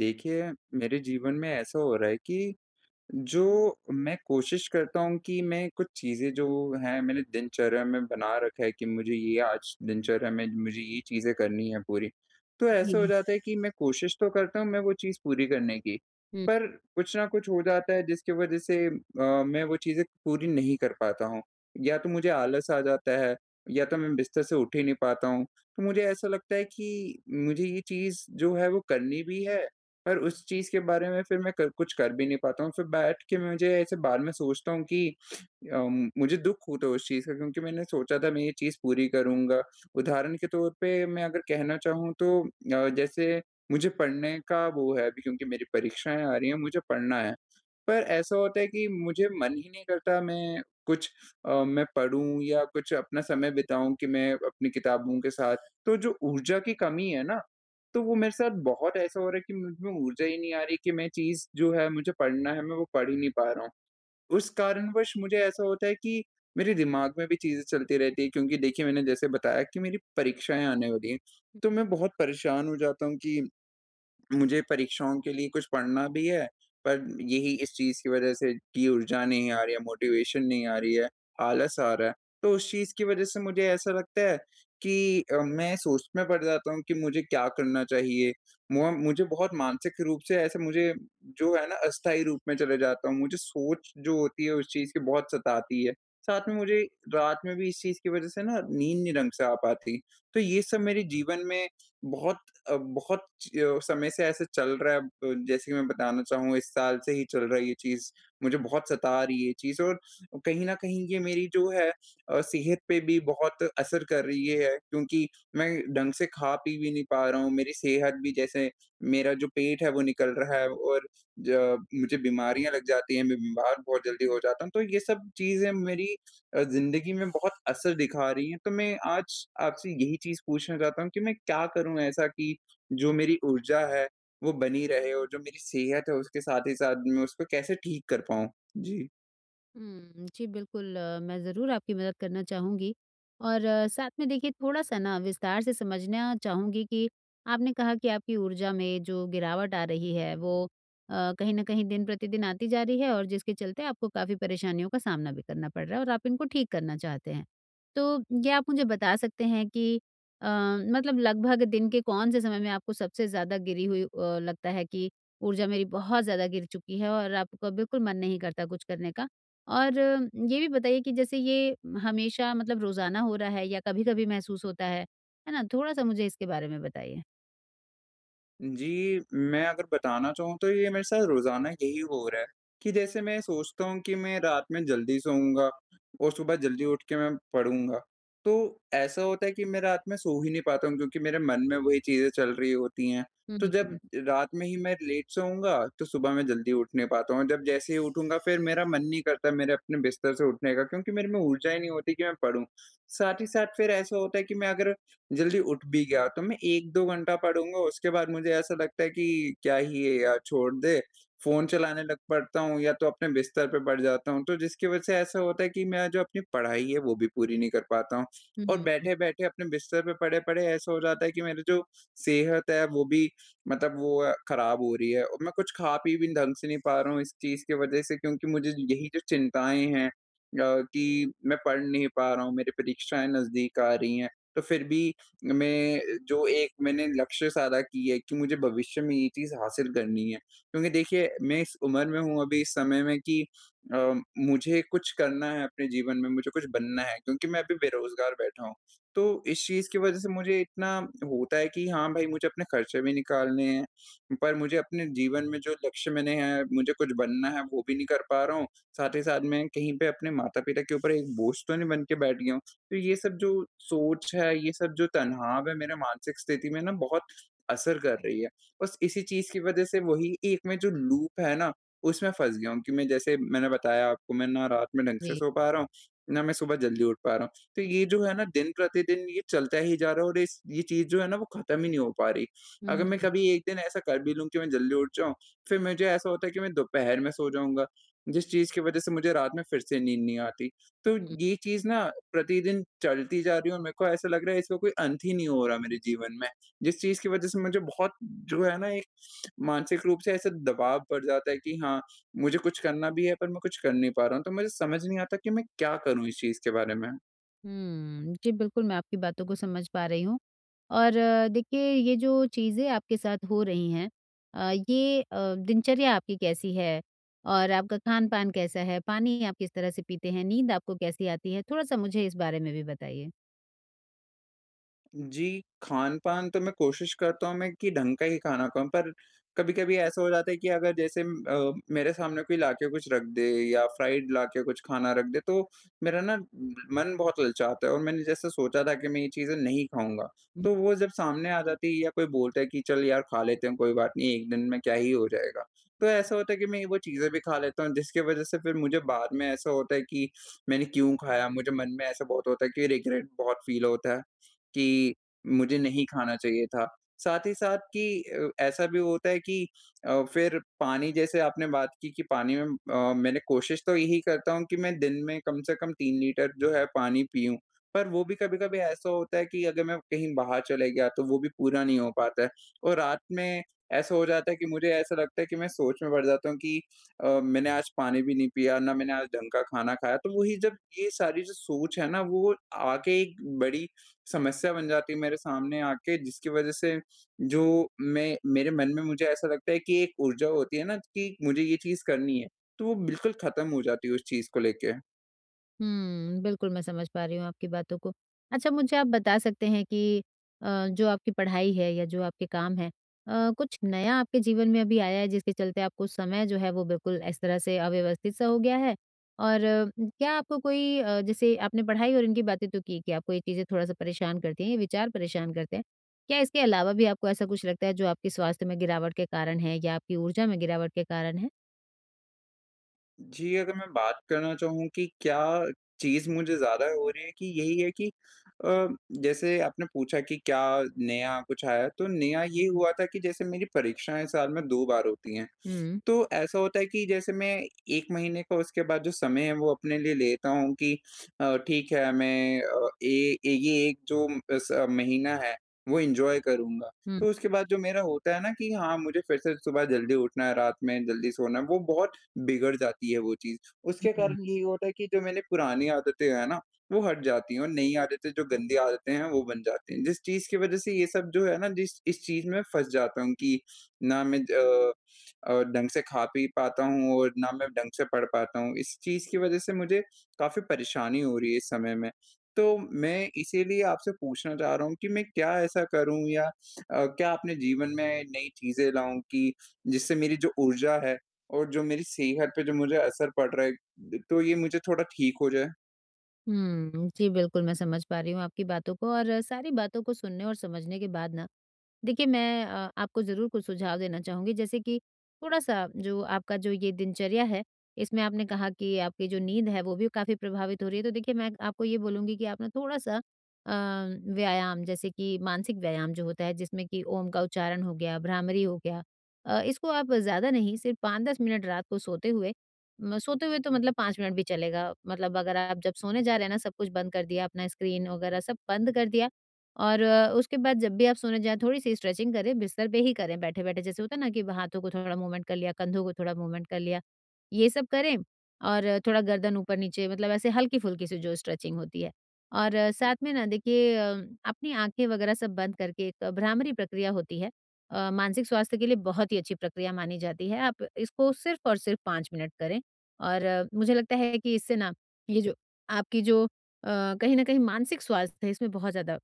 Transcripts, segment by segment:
देखिए, मेरे जीवन में ऐसा हो रहा है कि जो मैं कोशिश करता हूँ कि मैं कुछ चीज़ें जो हैं मैंने दिनचर्या में बना रखा है कि मुझे ये आज दिनचर्या में मुझे ये चीज़ें करनी है पूरी। तो ऐसा हो जी। जाता है कि मैं कोशिश तो करता हूँ मैं वो चीज़ पूरी करने की, हुँ, पर कुछ ना कुछ हो जाता है जिसकी वज़ह से मैं वो चीज़ें पूरी नहीं कर पाता हूँ। या तो मुझे आलस आ जाता है, या तो मैं बिस्तर से उठ ही नहीं पाता हूँ। तो मुझे ऐसा लगता है कि मुझे ये चीज़ जो है वो करनी भी है, पर उस चीज़ के बारे में फिर मैं कर कुछ कर भी नहीं पाता हूँ, फिर बैठ के मुझे ऐसे बाद में सोचता हूँ कि मुझे दुःख होता है उस चीज़ का, क्योंकि मैंने सोचा था मैं ये चीज़ पूरी करूँगा। उदाहरण के तौर पे मैं अगर कहना चाहूँ तो जैसे मुझे पढ़ने का वो है अभी, क्योंकि मेरी परीक्षाएँ आ रही हैं, मुझे पढ़ना है। पर ऐसा होता है कि मुझे मन ही नहीं करता मैं पढ़ूँ या कुछ अपना समय बिताऊँ कि मैं अपनी किताबों के साथ। तो जो ऊर्जा की कमी है ना, तो वो मेरे साथ बहुत ऐसा हो रहा है कि मुझ में ऊर्जा ही नहीं आ रही कि मैं चीज़ जो है मुझे पढ़ना है, मैं वो पढ़ ही नहीं पा रहा हूँ। उस कारणवश मुझे ऐसा होता है कि मेरे दिमाग में भी चीज़ें चलती रहती हैं, क्योंकि देखिए मैंने जैसे बताया कि मेरी परीक्षाएँ आने वाली हैं, तो मैं बहुत परेशान हो जाता हूँ कि मुझे परीक्षाओं के लिए कुछ पढ़ना भी है, पर यही इस चीज़ की वज़ह से कि ऊर्जा नहीं आ रही है, मोटिवेशन नहीं आ रही है, आलस आ रहा है। तो उस चीज़ की वज़ह से मुझे ऐसा लगता है कि मैं सोच में पड़ जाता हूँ कि मुझे क्या करना चाहिए। मु मुझे बहुत मानसिक रूप से ऐसे मुझे जो है ना अस्थायी रूप में चले जाता हूँ। मुझे सोच जो होती है उस चीज़ की बहुत सताती है। साथ में मुझे रात में भी इस चीज़ की वज़ह से ना नींद नहीं ढंग से आ पाती। तो ये सब मेरे जीवन में बहुत बहुत जो समय से ऐसा चल रहा है, जैसे कि मैं बताना चाहूँ इस साल से ही चल रहा है ये चीज़, मुझे बहुत सता रही है ये चीज़, और कहीं न कहीं ये मेरी जो है सेहत पे भी बहुत असर कर रही है, क्योंकि मैं ढंग से खा-पी भी नहीं पा रहा हूँ, मेरी सेहत भी जैसे मेरा जो पेट है वो निकल रहा है, और ज मुझे बीमारियाँ लग जाती हैं, मैं बीमार बहुत जल्दी हो जाता हूँ। तो ये सब चीज़ें मेरी ज़िंदगी में बहुत असर दिखा रही हैं, तो मैं आज आपसे यही चीज़ पूछना चाहता हूँ कि मैं क्या करूँ ऐसा कि जो मेरी ऊर्जा है, वो बनी रहे, और जो मेरी सेहत है उसके साथ ही साथ मैं उसको कैसे ठीक कर पाऊँ? जी। हुँ, जी बिल्कुल मैं ज़रूर आपकी मदद करना चाहूँगी और साथ में देखिए थोड़ा-सा ना विस्तार से समझना चाहूँगी कि आपने कहा कि आपकी ऊर्जा में जो गिरावट आ रही है वो कहीं न कहीं दिन प्रतिदिन आती जा रही है और जिसके चलते आपको काफ़ी परेशानियों का सामना भी करना पड़ रहा है और आप इनको ठीक करना चाहते हैं। तो ये आप मुझे बता सकते हैं कि अ, मतलब लगभग दिन के कौन से समय में आपको सबसे ज़्यादा गिरी हुई लगता है कि ऊर्जा मेरी बहुत ज़्यादा गिर चुकी है और आपका बिल्कुल मन नहीं करता कुछ करने का? और ये भी बताइए कि जैसे ये हमेशा मतलब रोज़ाना हो रहा है या कभी-कभी महसूस होता है ना? थोड़ा-सा मुझे इसके बारे में बताइए। जी, मैं अगर बताना चाहूँ तो ये मेरे साथ रोज़ाना यही हो रहा है, कि जैसे मैं सोचता हूँ कि मैं रात में जल्दी सोऊँगा और सुबह जल्दी उठ के मैं पढ़ूँगा। तो ऐसा होता है कि मैं रात में सो ही नहीं पाता हूँ, क्योंकि मेरे मन में वही चीज़ें चल रही होती हैं। हुँ, तो जब हुँ, रात में ही मैं लेट सोऊँगा, तो सुबह मैं जल्दी उठ नहीं पाता हूँ। जब जैसे ही उठूँगा फिर मेरा मन नहीं करता मेरे अपने बिस्तर से उठने का, क्योंकि मेरे में ऊर्जा ही नहीं होती कि मैं पढ़ूँ। साथ ही साथ फिर ऐसा होता है कि मैं अगर जल्दी उठ भी गया, तो मैं 1-2 घंटा पढ़ूँगा, उसके बाद मुझे ऐसा लगता है कि क्या ही है यार, छोड़ दे। फ़ोन चलाने लग पड़ता हूँ या तो अपने बिस्तर पे पड़ जाता हूँ, तो जिसकी वजह से ऐसा होता है कि मैं जो अपनी पढ़ाई है, वो भी पूरी नहीं कर पाता हूँ। और हुँ, बैठे-बैठे अपने बिस्तर पे पड़े-पड़े ऐसा हो जाता है कि मेरी जो सेहत है, वो भी मतलब वो खराब हो रही है, और मैं कुछ खा-पी भी ढंग से नहीं पा रहा हूँ इस चीज़ की वजह से, क्योंकि मुझे यही जो चिंताएँ हैं कि मैं पढ़ नहीं पा रहा हूँ, मेरी परीक्षाएँ नज़दीक आ रही हैं, तो फिर भी में जो एक मैंने लक्ष्य साधा की है कि मुझे भविष्य में ये चीज़ हासिल करनी है। क्योंकि देखिए मैं इस उम्र में हूँ अभी इस समय में कि मुझे कुछ करना है अपने जीवन में, मुझे कुछ बनना है, क्योंकि मैं अभी बेरोज़गार बैठा हूँ। तो इस चीज़ की वज़ह से मुझे इतना होता है कि हाँ भाई, मुझे अपने खर्चे भी निकालने हैं, पर मुझे अपने जीवन में जो लक्ष्य मैंने है, मुझे कुछ बनना है वो भी नहीं कर पा रहा हूँ। साथ ही साथ मैं कहीं पे अपने माता-पिता के ऊपर एक बोझ तो नहीं बन के बैठ गया हूँ। तो ये सब जो सोच है, ये सब जो तनाव है मेरा मानसिक स्थिति में ना बहुत असर कर रही है। बस इसी चीज़ की वज़ह से वही एक मैं जो लूप है ना, उसमें फँस गया हूँ कि मैं, जैसे मैंने बताया आपको, मैं ना रात में ढंग से जी। सो पा रहा हूँ, ना मैं सुबह जल्दी उठ पा रहा हूँ। तो ये जो है ना दिन-प्रतिदिन ये चलता ही जा रहा है, और इस ये चीज़ जो है ना वो ख़त्म ही नहीं हो पा रही। हुँ, अगर मैं हुँ, कभी एक दिन ऐसा कर भी लूँ कि मैं जल्दी उठ जाऊँ, फिर मुझे ऐसा होता है कि मैं दोपहर में सो जाऊँगा, जिस चीज़ की वज़ह से मुझे रात में फिर से नींद नहीं आती। तो ये चीज़ ना प्रतिदिन चलती जा रही है, और मेरे को ऐसा लग रहा है इसका कोई अंत ही नहीं हो रहा मेरे जीवन में। जिस चीज़ की वज़ह से मुझे बहुत जो है ना एक मानसिक रूप से ऐसा दबाव पड़ जाता है कि हाँ, मुझे कुछ करना भी है पर मैं कुछ कर नहीं पा रहा हूँ। तो मुझे समझ नहीं आता कि मैं क्या करूँ इस चीज़ के बारे में? हुँ। जी, बिल्कुल मैं आपकी बातों को समझ पा रही हूँ और देखिए ये जो चीज़ें आपके साथ हो रही हैं दिनचर्या आपकी कैसी है? और आपका खान-पान कैसा है? पानी आप किस तरह से पीते हैं? नींद आपको कैसी आती है? थोड़ा-सा मुझे इस बारे में भी बताइए। जी, खान-पान तो मैं कोशिश करता हूँ मैं कि ढंग का ही खाना खाऊँ, पर कभी-कभी ऐसा हो जाता है कि अगर जैसे मेरे सामने कोई लाके कुछ रख दे या फ्राइड लाके कुछ खाना रख दे, तो मेरा ना मन बहुत ललचाता है, और मैंने जैसे सोचा था कि मैं ये चीज़ें नहीं खाऊँगा, तो वो जब सामने आ जाती है या कोई बोलता है कि चल यार खा लेते हैं, कोई बात नहीं, एक दिन में क्या ही हो जाएगा। तो ऐसा होता है कि मैं वो चीज़ें भी खा लेता हूँ, जिसकी वज़ह से फिर मुझे बाद में ऐसा होता है कि मैंने क्यों खाया? मुझे मन में ऐसा बहुत होता है कि रिग्रेट बहुत फ़ील होता है। कि मुझे नहीं खाना चाहिए था। साथ ही साथ कि ऐसा भी होता है कि फिर पानी, जैसे आपने बात की कि पानी में, मैंने कोशिश तो यही करता हूँ कि मैं दिन में कम से कम 3 लीटर जो है पानी पीऊँ। पर वो भी कभी-कभी ऐसा होता है कि अगर मैं कहीं बाहर चले गया तो वो भी पूरा नहीं हो पाता है, और रात में ऐसा हो जाता है कि मुझे ऐसा लगता है कि मैं सोच में पड़ जाता हूँ कि मैंने आज पानी भी नहीं पिया, ना मैंने आज ढंग का खाना खाया। तो वही जब ये सारी जो सोच है ना वो आके एक बड़ी समस्या बन जाती है मेरे सामने आके, जिसकी वज़ह से जो मैं मेरे मन में मुझे ऐसा लगता है कि एक ऊर्जा होती है ना कि मुझे ये चीज़ करनी है, तो वो बिल्कुल ख़त्म हो जाती है उस चीज़ को लेके। हुँ, बिल्कुल मैं समझ पा रही हूँ आपकी बातों को। अच्छा मुझे आप बता सकते हैं कि जो आपकी पढ़ाई है या जो आपके काम हैं कुछ नया आपके जीवन में अभी आया है जिसके चलते आपको समय जो है वो बिल्कुल इस तरह से अव्यवस्थित सा हो गया है? और क्या आपको कोई जैसे आपने पढ़ाई और इनकी बातें तो की कि आपको ये चीज़ें थोड़ा-सा परेशान करती हैं, ये विचार परेशान करते हैं। क्या इसके अलावा भी आपको ऐसा कुछ लगता है जो आपके स्वास्थ्य में गिरावट के कारण है या आपकी ऊर्जा में गिरावट के कारण है? जी, अगर मैं बात करना चाहूँ कि क्या चीज़ मुझे ज़्यादा हो रही है कि यही है कि अ, जैसे आपने पूछा कि क्या नया कुछ आया, तो नया ये हुआ था कि जैसे मेरी परीक्षाएँ साल में 2 बार होती हैं। हुँ, तो ऐसा होता है कि जैसे मैं 1 महीने का उसके बाद जो समय है वो अपने लिए लेता हूँ कि ठीक है, मैं अ, ए ए ये एक जो इस महीना है वो एन्जॉय करूँगा। हुँ, तो उसके बाद जो मेरा होता है ना कि हाँ, मुझे फिर से सुबह जल्दी उठना है, रात में जल्दी सोना है, वो बहुत बिगड़ जाती है वो चीज़। उसके हुँ। कारण यही होता है कि जो मैंने पुरानी आदतें हैं ना, वो हट जाती हैं, और नई आदतें जो गंदी आदतें हैं वो बन जाती हैं। जिस चीज़ की वज़ह से ये सब जो है ना जिस इस चीज़ में फँस जाता हूँ कि ना मैं ढंग से खा पी पाता हूँ, और ना मैं ढंग से पढ़ पाता हूँ। इस चीज़ की वज़ह से मुझे काफ़ी परेशानी हो रही है इस समय में। तो मैं इसीलिए आपसे पूछना चाह रहा हूँ कि मैं क्या ऐसा करूँ या क्या अपने जीवन में नई चीज़ें लाऊँ कि जिससे मेरी जो ऊर्जा है, और जो मेरी सेहत पे जो मुझे असर पड़ रहा है, तो ये मुझे थोड़ा ठीक हो जाए? हुँ। जी, बिल्कुल मैं समझ पा रही हूँ आपकी बातों को और सारी बातों को सुनने और समझने के बाद ना, देखिए मैं आपको ज़रूर कुछ सुझाव देना चाहूँगी जैसे कि थोड़ा-सा जो आपका जो ये दिनचर्या है, इसमें आपने कहा कि आपकी जो नींद है वो भी काफ़ी प्रभावित हो रही है। तो देखिए मैं आपको ये बोलूँगी कि आप ना थोड़ा-सा व्यायाम जैसे कि मानसिक व्यायाम जो होता है जिसमें कि ओम का उच्चारण हो गया, भ्रामरी हो गया इसको आप ज़्यादा नहीं सिर्फ़ 5-10 मिनट रात को सोते हुए तो मतलब 5 मिनट भी चलेगा। मतलब अगर आप जब सोने जा रहे हैं ना सब कुछ बंद कर दिया, अपना स्क्रीन वगैरह सब बंद कर दिया और उसके बाद जब भी आप सोने जाएँ थोड़ी-सी स्ट्रेचिंग करें, बिस्तर पे ही करें बैठे-बैठे। जैसे होता है ना कि हाथों को थोड़ा मूवमेंट कर लिया, कंधों को थोड़ा मूवमेंट कर लिया, ये सब करें और थोड़ा गर्दन ऊपर-नीचे मतलब ऐसे हल्की-फुल्की सी जो स्ट्रेचिंग होती है। और साथ में ना देखिए, अपनी आँखें वगैरह सब बंद करके एक भ्रामरी प्रक्रिया होती है। मानसिक स्वास्थ्य के लिए बहुत ही अच्छी प्रक्रिया मानी जाती है। आप इसको सिर्फ़ और सिर्फ़ 5 मिनट करें। और मुझे लगता है कि इससे ना ये जो आपकी जो कहीं न कहीं मानसिक स्वास्थ्य है इसमें बहुत ज़्यादा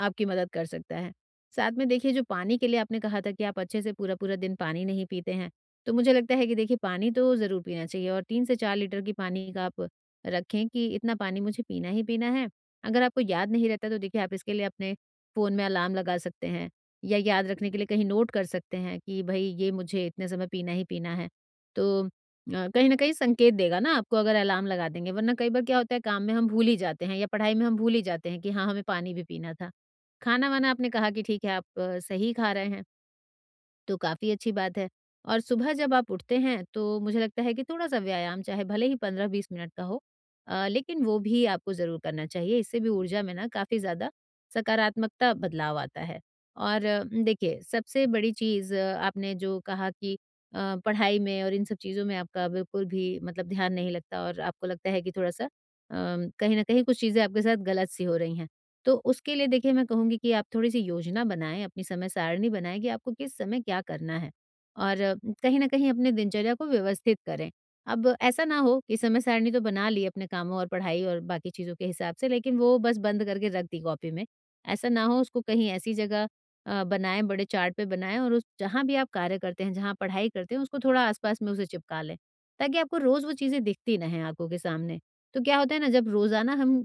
आपकी मदद कर सकता है। साथ में देखिए जो पानी के लिए आपने कहा था कि आप अच्छे से पूरा-पूरा दिन पानी नहीं पीते हैं, तो मुझे लगता है कि देखिए पानी तो ज़रूर पीना चाहिए और 3 से 4 लीटर की पानी का आप रखें कि इतना पानी मुझे पीना ही पीना है। अगर आपको याद नहीं रहता तो देखिए आप इसके लिए अपने फ़ोन में अलार्म लगा सकते हैं या याद रखने के लिए कहीं नोट कर सकते हैं कि भई ये मुझे इतने समय पीना ही पीना है। तो कहीं न कहीं संकेत देगा ना आपको अगर अलार्म लगा देंगे, वरना कई बार क्या होता है काम में हम भूल ही जाते हैं या पढ़ाई में हम भूल ही जाते हैं कि हाँ, हमें पानी भी पीना था। खाना-वाना आपने कहा कि ठीक है, आप सही खा रहे हैं, तो काफ़ी अच्छी बात है। और सुबह जब आप उठते हैं, तो मुझे लगता है कि थोड़ा-सा व्यायाम, चाहे भले ही 15-20 मिनट का हो लेकिन वो भी आपको ज़रूर करना चाहिए। इससे भी ऊर्जा में ना काफ़ी ज़्यादा सकारात्मकता बदलाव आता है। और देखिए, सबसे बड़ी चीज़ आपने जो कहा कि पढ़ाई में और इन सब चीज़ों में आपका बिल्कुल भी मतलब ध्यान नहीं लगता और आपको लगता है कि थोड़ा-सा कहीं न कहीं कुछ चीज़ें आपके साथ गलत सी हो रही हैं। तो उसके लिए देखिए मैं कहूँगी कि आप थोड़ी-सी योजना बनाएँ, अपनी समय सारणी बनाएँ कि आपको किस समय क्या करना है और कहीं न कहीं अपने दिनचर्या को व्यवस्थित करें। अब ऐसा ना हो कि समय सारणी तो बना ली अपने कामों और पढ़ाई और बाकी चीज़ों के हिसाब से, लेकिन वो बस बंद करके रख दी कॉपी में। ऐसा ना हो उसको कहीं ऐसी जगह बनाएँ, बड़े चार्ट पे बनाएँ और उस जहाँ भी आप कार्य करते हैं, जहाँ पढ़ाई करते हैं, उसको थोड़ा आस-पास में उसे चिपका लें, ताकि आपको रोज़ वो चीज़ें दिखती ना हैं आँखों के सामने। तो क्या होता है ना, जब रोज़ाना हम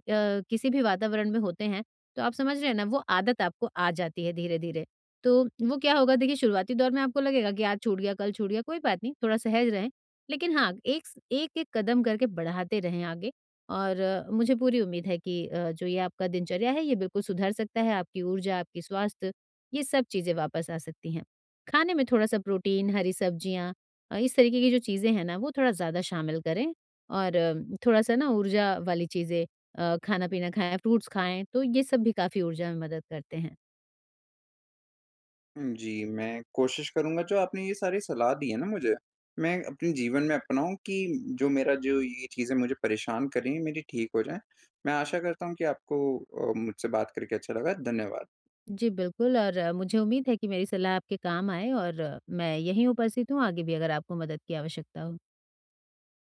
किसी भी वातावरण में होते हैं तो आप समझ रहे हैं ना, वो आदत आपको आ जाती है धीरे-धीरे। तो वो क्या होगा देखिए शुरुआती दौर में आपको लगेगा कि आज छूट गया, कल छूट गया, कोई बात नहीं, थोड़ा सहज रहें। लेकिन हाँ, एक स एक-एक कदम करके बढ़ाते रहें आगे और मुझे पूरी उम्मीद है कि जो ये आपका दिनचर्या है, ये बिल्कुल सुधर सकता है, आपकी ऊर्जा, आपकी स्वास्थ्य, ये सब चीज़ें वापस आ सकती हैं। खाने में थोड़ा-सा प्रोटीन, हरी सब्जियाँ इस तरीके की जो चीज़ें हैं ना, वो थोड़ा ज़्यादा शामिल करें और थोड़ा-सा ना ऊर्जा वाली चीज़ें खाना-पीना खाएँ, फ्रूट्स खाएँ, तो ये सब भी काफ़ी ऊर्जा में मदद करते हैं। हुँ, जी, मैं कोशिश करूँगा, जो आपने ये सारी सलाह दी है ना मुझे, मैं अपने जीवन में अपनाऊँ कि जो मेरा जो ये चीज़ें मुझे परेशान कर रही हैं, मेरी ठीक हो जाएँ। मैं आशा करता हूँ कि आपको मुझसे बात करके अच्छा लगा। धन्यवाद। जी, बिल्कुल और मुझे उम्मीद है कि मेरी सलाह आपके काम आए और मैं यहीं उपस्थित हूँ, आगे भी अगर आपको मदद की आवश्यकता हो।